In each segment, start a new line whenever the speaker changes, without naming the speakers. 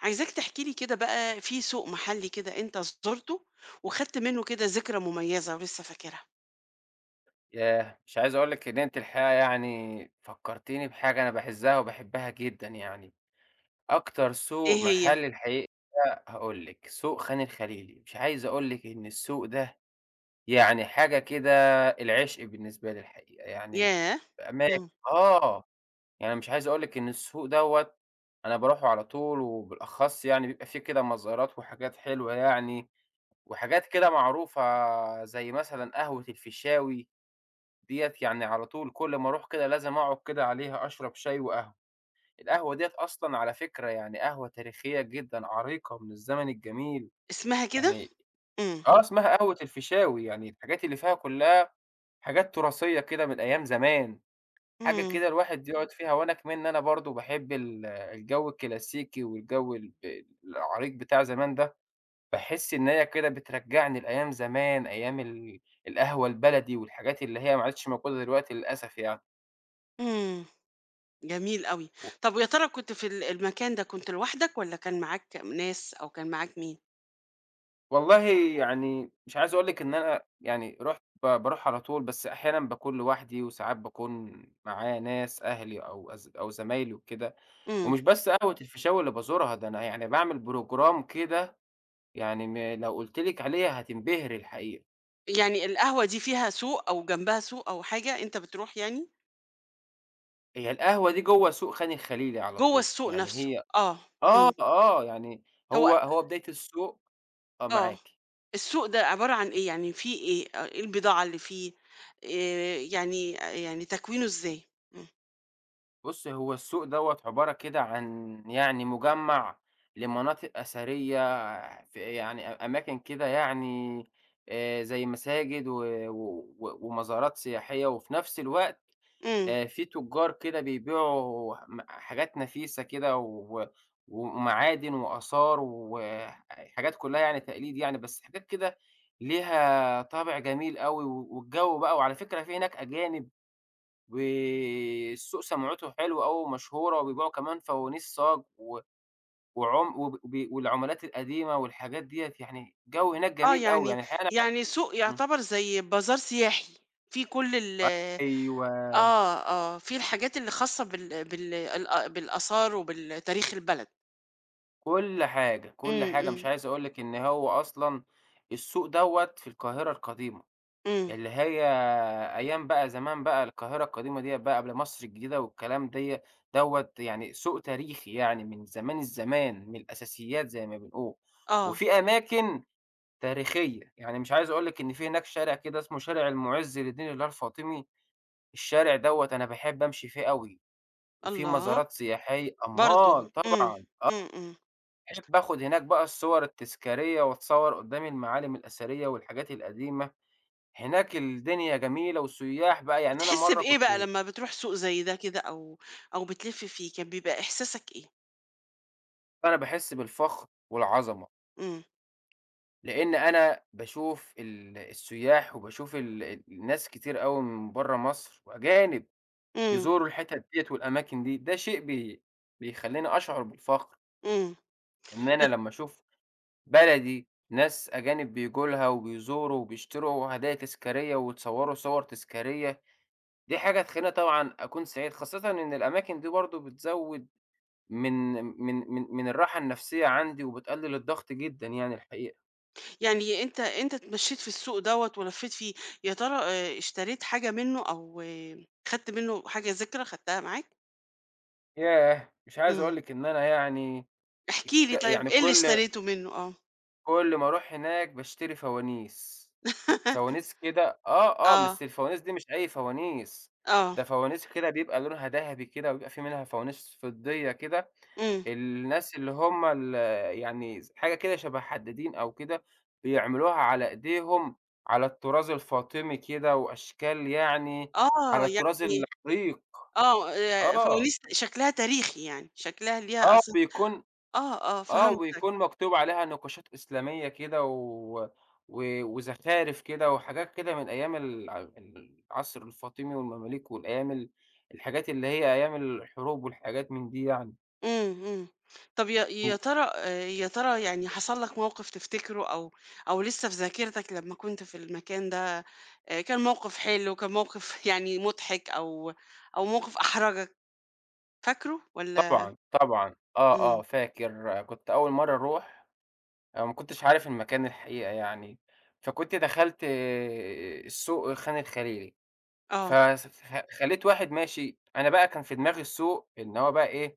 عايزاك تحكي لي كده بقى في سوق محلي كده أنت زُرته، وخدت منه كده ذكرى مميزة ولسه فاكرها.
ياه! مش عايز أقول لِك إن أنتِ الحقيقة يعني فكّرتيني بحاجة أنا باعزّها وباحبها جدًا يعني، أكتر سوق
إيه هي؟
محلي الحقيقة هاقول لِك، سوق خان الخليلي. مش عايز أقول لِك إن السوق ده يعني حاجة كده العشق بالنسبة لي الحقيقة، يعني
ياه!
بأمانة.
إمم.
آه، يعني مش عايز أقول لِك إن السوق دوّة أنا باروحه على طول، وبالأخص يعني بيبقى فيه كده مزارات وحاجات حلوة يعني، وحاجات كده معروفة زي مثلًا قهوة الفيشاوي. ديّة يعني على طول كل ما أروح كده لازم أقعد كده عليها أشرب شاي وقهوة. القهوة ديّة أصلًا على فكرة يعني قهوة تاريخية جدًا عريقة من الزمن الجميل،
اسمها كده؟
يعني
إمم،
آه اسمها قهوة الفيشاوي. يعني الحاجات اللي فيها كلّها حاجات تراثية كده من أيام زمان، حاجة
إمم،
كده الواحد يقعد فيها. وأنا كمان أنا برضه باحب الجو الكلاسيكي والجو العريق بتاع زمان ده. باحس إن هي كده بترجّعني لأيام زمان، أيام القهوة البلدي والحاجات اللي هي ما عادتش موجودة دلوقتي للأسف يعني.
إمم، جميل أوي. طب ويا ترى كنت في المكان ده كنت لوحدك والّا كان معاك ناس أو كان معاك مين؟
والله يعني مش عايز أقول لِك إن أنا يعني رُحت ب باروح على طول، بس أحيانًا باكون لوحدي وساعات باكون معايا ناس أهلي أو أو زمايلي وكده.
إمم.
ومش بس قهوة الفيشاوي اللي بازورها، ده أنا يعني باعمل program كده. يعني لو قُلت لِك عليها هتنبهري الحقيقة.
يعني القهوة دي فيها سوق أو جنبها سوق أو حاجة أنت بتروح يعني؟
هي القهوة دي جوّه سوق خان الخليلي على
جوّه
طول،
السوق
يعني
نفسه،
هي
آه.
آه،
إمم.
آه، يعني
هو
هو بداية السوق. آه،
آه.
معاكِ.
السوق ده عبارة عن إيه؟ يعني فيه إيه؟ إيه البضاعة اللي فيه؟ يعني آه، يعني تكوينه إزاي؟ إمم.
بُص، هو السوق دوّة عبارة كده عن يعني مجمّع لمناطق أثرية في يعني أماكن كده يعني، زي مساجد و ومزارات سياحية، وفي نفس الوقت
إمم.
في تجار كده بيبيعوا حاجات نفيسة كده و ومعادن وآثار وحاجات كلّها يعني تقليد يعني، بس حاجات كده ليها طابع جميل أوي. و والجو بقى، وعلى فكرة في هناك أجانب. والسوق سمعته حلوة أوي ومشهورة، وبيبيعوا كمان فوانيس صاج و وعم وب وب والعملات القديمة والحاجات ديّة. يعني الجو هناك
آه.
جميل أوي،
يعني
يعني الحقيقة أنا
يعني سوق
إمم.
يعتبر زي بازار سياحي، فيه كل
أيوه،
آه، آه. فيه الحاجات اللي خاصة بالآثار وبالتاريخ البلد.
كل حاجة، كل
إمم،
حاجة. مش
إمم،
عايز أقول لِك إن هو أصلًا السوق دوّة في القاهرة القديمة،
إمم.
اللي هي أيام بقى زمان بقى القاهرة القديمة ديّة بقى قبل مصر الجديدة والكلام ديّة دوّة يعني سوق تاريخي يعني من زمان الزمان، من الأساسيات زي ما بنقول.
آه.
وفي أماكن تاريخية، يعني مش عايز أقول لِك إن في هناك شارع كده اسمه شارع المُعز لدين الله الفاطمي. الشارع دوّة أنا باحب أمشي فيه أوي، وفيه
الله!
مزارات سياحية
برضه.
أمال
إمم.
طبعًا.
إمم، إمم.
باحب آخد هناك بقى الصور التذكارية وأتصور قدّام المعالم الأثرية والحاجات القديمة. هناك الدنيا جميلة والسياح بقى، يعني أنا
بتحس
مرّة
بإيه
كنت
بقى لمّا بتروح سوق زي ده كده أو أو بتلِف فيه؟ كان بيبقى إحساسك إيه؟
أنا باحس بالفخر والعظمة،
إمم.
لإن أنا باشوف السياح وباشوف الناس كتير أوي من برّه مصر وأجانب.
إمم.
يزوروا الحتت ديّة والأماكن دي، ده شيء بيخلّيني أشعر بالفخر،
إمم.
إن أنا
بس
لمّا أشوف بلدي ناس أجانب بييجوا لها وبيزوروا وبيشتروا هدايا تذكارية ويتصوروا صور تذكارية. دي حاجة تخلّيني طبعًا أكون سعيد، خاصةً إن الأماكن دي برضه بتزوّد من من الراحة النفسية عندي وبتقلل الضغط جدًا يعني الحقيقة.
يعني أنت اتمشّيت في السوق دوّة ولفّيت فيه، يا ترى اشتريت حاجة منّه أو آه، خدت منّه حاجة ذكرى خدتها معاك؟
ياه! مش عايز
إمم.
أقول لِك إن أنا يعني
احكِ لي طيب
يعني
إيه اللي
كل
اشتريته منّه؟ آه.
كل ما أروح هناك باشتري فوانيس. فوانيس. كده آه، آه،
آه،
بس الفوانيس دي مش أي فوانيس،
آه،
ده فوانيس كده بيبقى لونها دهبي كده، وبيبقى في منها فوانيس فضية كده.
إمم.
الناس اللي هم يعني حاجة كده شبه حدّادين أو كده، بيعملوها على إيديهم على الطراز الفاطمي كده وأشكال يعني على
آه،
الطراز
يعني
العريق.
آه،
آه،
فوانيس شكلها تاريخي يعني، شكلها ليها
آه،
أثر
بيكون
آه، آه،
آه،
فهمتك.
ويكون مكتوب عليها نقاشات إسلامية كده و وزخارف كده وحاجات كده من أيام العصر الفاطمي والمماليك والأيام الحاجات اللي هي أيام الحروب والحاجات من دي يعني.
إمم، إمم. طب يا يا
و
ترى آآ يا ترى يعني حصل لك موقف تفتكره أو أو لسه في ذاكرتك لمّا كنت في المكان ده، كان موقف حلو، كان موقف يعني مضحك أو موقف أحرجك، فاكره والّا
طبعًا، طبعًا. آه،
إمم،
آه، فاكر كنت أول مرّة أروح، أنا ما كنتش عارف المكان الحقيقة يعني. فكنت دخلت آه، السوق خان الخليلي.
آه،
فس خ خلّيت واحد ماشي، أنا بقى كان في دماغي السوق إن هو بقى إيه،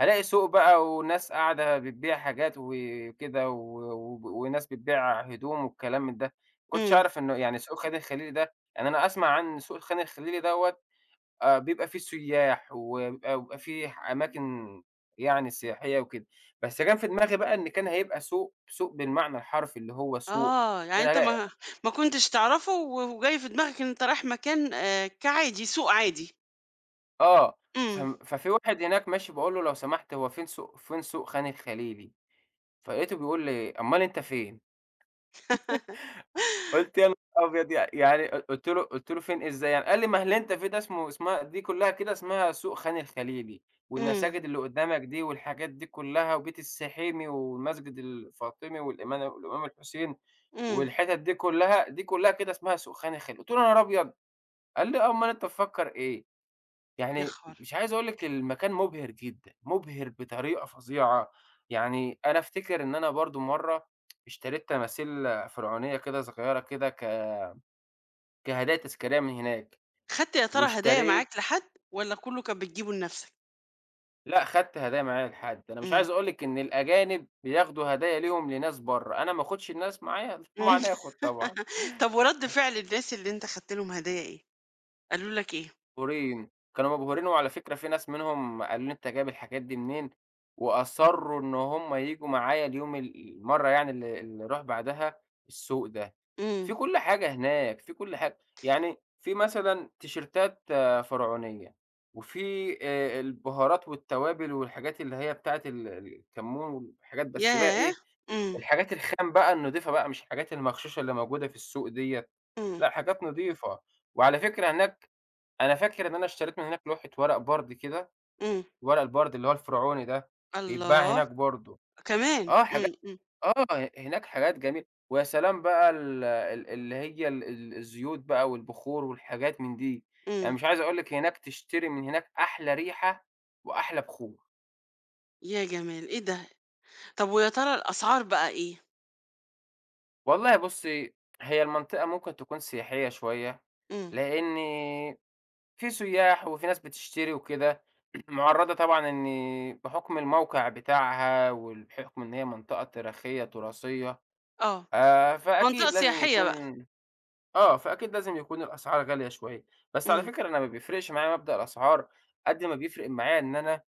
هالاقي سوق بقى وناس قاعدة بتبيع حاجات وكده و وناس بتبيع هدوم والكلام من ده. ما كنتش
إمم.
أعرف إنه يعني سوق خان الخليلي ده. يعني أنا أسمع عن سوق خان الخليلي دوّة بيبقى فيه سياح، وبيبقى فيه أماكن يعني سياحية وكده، بس كان في دماغي بقى إن كان هيبقى سوق، سوق بالمعنى الحرفي اللي هو سوق،
آه،
إن
يعني
أنا
أنت ما
هالاقي
ما كنتش تعرفه و وجاي في دماغك إن أنت رايح مكان كعادي، سوق عادي.
آه.
إمم.
فم ففي واحد هناك ماشي باقول له: "لو سمحت هو فين سوق فين سوق خان الخليلي؟" فلقيته بيقول لي: "أمّال أنت فين؟" قُلت يا نهار أبيض! يعني قُلت له قُلت له: "فين إزاي يعني؟" قال لي: "ما اللي أنت فيه ده اسمه اسمها دي كلّها كده اسمها سوق خان الخليلي،
إمم،
والمساجد اللي قدّامك دي والحاجات دي كلّها وبيت السحيمي والمسجد الفاطمي والإمام الحسين
إمم.
والحتت دي كلّها، دي كلّها كده اسمها سوق خان الخليلي." قُلت له: "يا نهار أبيض!" قال لي: "آه، أمّال أنت مفكّر إيه؟"
يا
يعني
خبر!
مش عايز أقول لِك المكان مُبهِر جدًا، مُبهِر بطريقة فظيعة. يعني أنا أفتكر إن أنا برضه مرّة اشتريت تماثيل فرعونية كده صغيّرة كده كهدايا تذكارية من هناك،
خدت يا ترى هدايا
واشتريت.
معاك لحد والّا كُلّه كان بتجيبه لنَفْسك؟
لأ خدت هدايا معايا لحد، أنا مش
إمم.
عايز أقول لِك إن الأجانب بياخدوا هدايا ليهم لناس برّه، أنا ما آخدش الناس معايا؟
إمم.
طبعًا آخد طبعًا.
طب ورَد فعل الناس اللي أنت خدت لهم هدايا إيه؟ قالوا لك إيه؟
مبهورين، كانوا مبهورين، وعلى فكرة في ناس منهم قالوا لي: "أنت جايب الحاجات دي منين؟" وأصرّوا إن هم ييجوا معايا اليوم المَرّة يعني اللي أروح بعدها السوق ده.
إمم.
في كل حاجة هناك، في كل حاجة. يعني في مثلًا تيشيرتات آه، فرعونية، وفي البهارات والتوابل والحاجات اللي هي بتاعة الكمون والحاجات، بس بقى
ياه!
إيه،
إمم،
الحاجات الخام بقى النضيفة بقى، مش الحاجات المغشوشة اللي موجودة في السوق ديّة.
إمم،
لأ حاجات نضيفة. وعلى فكرة هناك أنا فاكر إن أنا اشتريت من هناك لوحة ورق بَرْد كده.
إمم.
ورق البَرْد اللي هو الفرعوني ده، بيتباع
الله!
هناك برضه.
كمان!
آه حاجات
إمم، إمم،
آه، هناك حاجات جميلة. ويا سلام بقى ال ال اللي هي ال ال الزيوت بقى والبخور والحاجات من دي. يعني
إمم.
مش عايز أقول لِك هناك تشتري من هناك أحلى ريحة وأحلى بخور.
يا جمال! إيه ده! طب ويا ترى الأسعار بقى إيه؟
والله بُصّي، هي المنطقة ممكن تكون سياحية شوية،
إمم.
لإني في سياح وفي ناس بتشتري وكده، مُعرّضة طبعًا إن بحُكم الموقع بتاعها بحُكم إن هي منطقة تاريخية تراثية،
آه. منطقة
فأكيد لازم
سياحية بقى.
يكون آه، فأكيد لازم يكون الأسعار غالية شوية. بس على
إمم.
فكرة أنا ما بيفرقش معايا مبدأ الأسعار قد ما بيفرق معايا إن أنا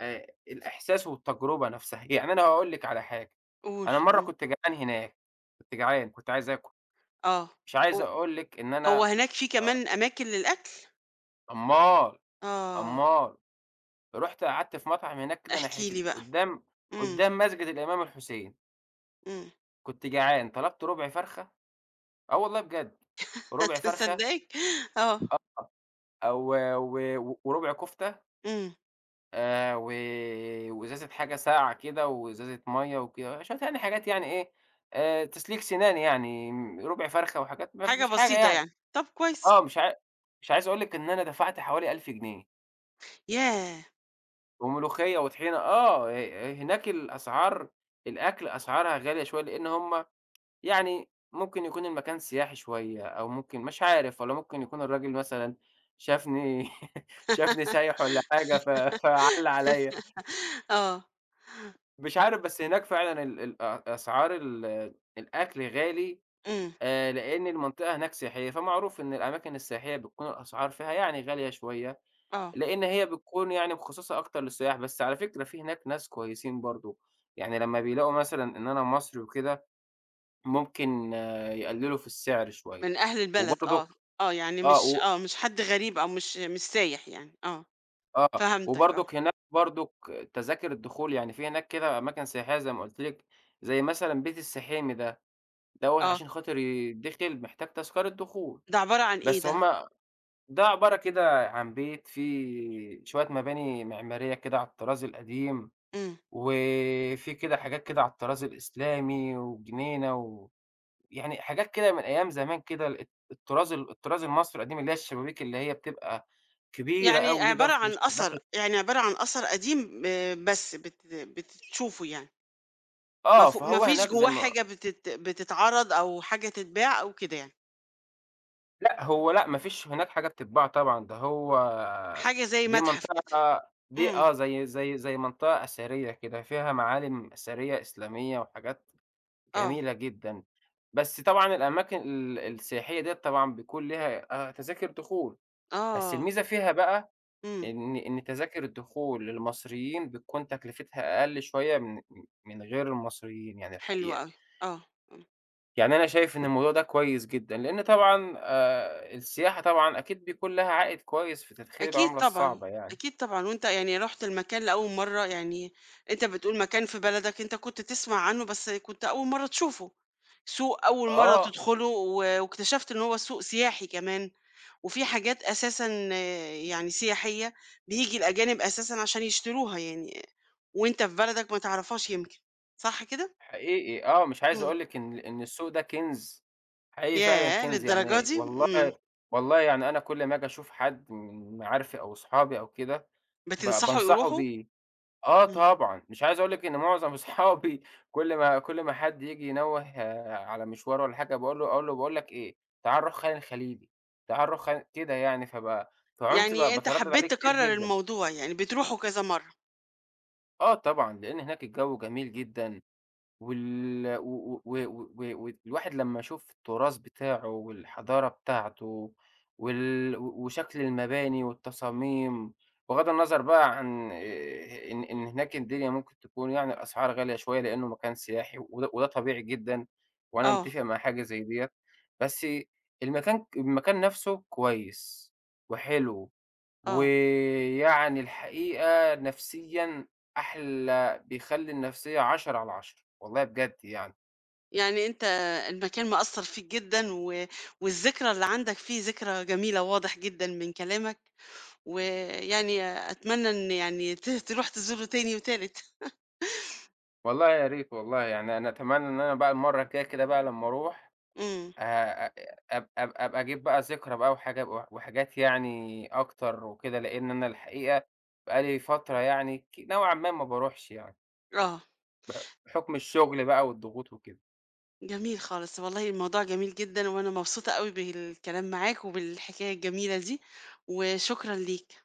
الإحساس والتجربة نَفْسها. يعني أنا هاقول لِك على حاجة،
قُل.
أنا مرّة
إمم.
كنت جعان هناك، كنت جعان، كنت عايز آكُل.
آه.
مش عايز
هو
أقول لِك إن
هو
أنا
هناك في
أ
كمان أماكن للأكل؟
أمّال،
آه.
أمّال. رُحت قعدت في مطعم هناك كده
احكِ
ناحية
لي بقى.
قدّام
إمم،
قدّام مسجد الإمام الحسين.
إمم.
كنت جعان طلبت ربع فرخة آه والله بجد. ربع
هت
فرخة
مصدّقاك؟ آه.
أو وربع كفتة
إمم.
و وإزازة حاجة ساقعة كده وإزازة مَيّة وكده. شوية يعني حاجات يعني إيه، تسليك سنان يعني ربع فرخة وحاجات ما
حاجة
فيش حاجة
بسيطة
يعني.
يعني. طب كويس.
آه مش عايز أقول لِك إن أنا دفعت حوالي 1000 جنيه
ياه!
وملوخية وطحينة. آه، هناك الأسعار الأكل أسعارها غالية شوية، لإن هُم يعني ممكن يكون المكان سياحي شوية، أو ممكن مش عارف، والّا ممكن يكون الراجل مثلًا شافني شافني سايح والّا حاجة، ف فعَلّ عليّا.
آه،
مش عارف، بس هناك فعلًا ال ال أ أسعار الأكل غالي
إمم،
لإن المنطقة هناك سياحية، فمعروف إن الأماكن السياحية بتكون الأسعار فيها يعني غالية شوية،
آه،
لإن هي بتكون يعني مخصصة أكتر للسياح. بس على فكرة في هناك ناس كويسين برضه، يعني لمّا بيلاقوا مثلًا إن أنا مصري وكده ممكن آه، يقللوا في السعر شوية،
من أهل البلد
وبرضك
آه، آه، يعني
آه،
مش
و
آه، مش حد غريب أو مش سايح يعني، آه،
آه،
فهمتك آه،
وبرضك هناك برضك تذاكر الدخول. يعني في هناك كده أماكن سياحية زي ما قُلت لِك، زي مثلًا بيت السحيمي ده، دوّة
آه،
عشان خاطر يتدخل محتاج تذكرة دخول.
ده عبارة عن إيه
بس
ده؟
هم ده عبارة كده عن بيت فيه شوية مباني معمارية كده على الطراز القديم،
إمم،
وفي كده حاجات كده على الطراز الإسلامي وجنينة و يعني حاجات كده من أيام زمان كده الطراز الطراز المصري القديم، اللي هي الشبابيك اللي هي بتبقى كبيرة
يعني
أوي دي،
عبارة
ضرفة
عن
الشباك
أثر، يعني عبارة عن أثر قديم بس بتشوفه يعني، ما
آه،
ف ما
فهو
فيش
هناك زي
جواه
ما
حاجة بتتعرض أو حاجة تتباع أو كده يعني،
لأ، هو لأ، ما فيش هناك حاجة بتتباع طبعًا. ده هو
حاجة زي
دي
متحف كده،
منطقة دي
إمم،
آه، زي منطقة أثرية كده، فيها معالم أثرية إسلامية وحاجات
آه،
جميلة جدًا. بس طبعًا الأماكن السياحية ديّة طبعًا بيكون ليها تذاكر دخول. بس
آه،
الميزة فيها بقى
إمم،
إن تذاكر الدخول للمصريين بتكون تكلفتها أقل شوية من من غير المصريين يعني
حلو
الحقيقة.
أوي، آه، آه.
يعني أنا شايف إن الموضوع ده كويس جدًا، لإن طبعًا السياحة طبعًا أكيد بيكون لها عائد كويس في تدخير
أكيد
العملة
طبعًا،
الصعبة يعني.
أكيد طبعًا، وأنت يعني رُحت المكان لأول مرّة، يعني أنت بتقول مكان في بلدك أنت كنت تسمع عنه بس كنت أول مرّة تشوفه، سوق أول مرّة
آه،
تدخله و واكتشفت إن هو سوق سياحي كمان، وفي حاجات أساسًا آه، يعني سياحية بييجي الأجانب أساسًا عشان يشتروها يعني، وأنت في بلدك ما تعرفهاش يمكن، صح كده؟
حقيقي آه، مش عايز
إمم،
أقول لِك إن السوق ده كنز، حقيقي فعلًا
ياه!
كنز
للدرجة
يعني
دي! إمم،
والله والله. يعني أنا كل ما آجي أشوف حد من معارفي أو أصحابي أو كده،
بتنصحوا
بانصحه
يروحوا؟
بيه. آه
إمم،
طبعًا، مش عايز أقول لِك إن معظم أصحابي كل ما حد ييجي ينوّه آه، على مشوار والّا حاجة باقول له أقول له باقول لك إيه، تعال نروح خان الخليلي، تعال نروح خان كده يعني. فب فعنت
يعني أنت
باتردد عليه
حبيت
كتير
تكرّر
جدًا.
الموضوع يعني بتروحوا كذا مرّة،
آه طبعًا، لإن هناك الجو جميل جدًا، وال و و و و والواحد لمّا يشوف التراث بتاعه والحضارة بتاعته و وشكل المباني والتصاميم، بغض النظر بقى عن إن هناك الدنيا ممكن تكون يعني الأسعار غالية شوية لإنه مكان سياحي، وده وده طبيعي جدًا، وأنا
آه.
متّفق مع حاجة زي ديّة. بس المكان المكان نَفْسه كويس وحلو.
آه،
ويعني الحقيقة نفسيًا أحلى بيخلّي النفسية 10 على 10 والله بجد يعني.
يعني أنت المكان مأثّر فيك جدًا و والذكرى اللي عندك فيه ذكرى جميلة واضح جدًا من كلامك، ويعني أتمنى إن يعني تروح تزوره تاني وتالت.
والله يا ريت والله. يعني أنا أتمنى إن أنا بقى المرّة الجاية كده بقى لمّا أروح
إمم،
أ أب أب أبقى أجيب بقى ذكرى بقى وحاجة، وحاجات يعني أكتر وكده، لإن أنا الحقيقة بقى لي فترة يعني نوعًا ما ما باروحش يعني،
آه،
بحكم الشغل بقى والضغوط وكده.
جميل خالص، والله الموضوع جميل جدًا وأنا مبسوطة أوي بالكلام معاك وبالحكاية الجميلة دي، وشكرًا ليك.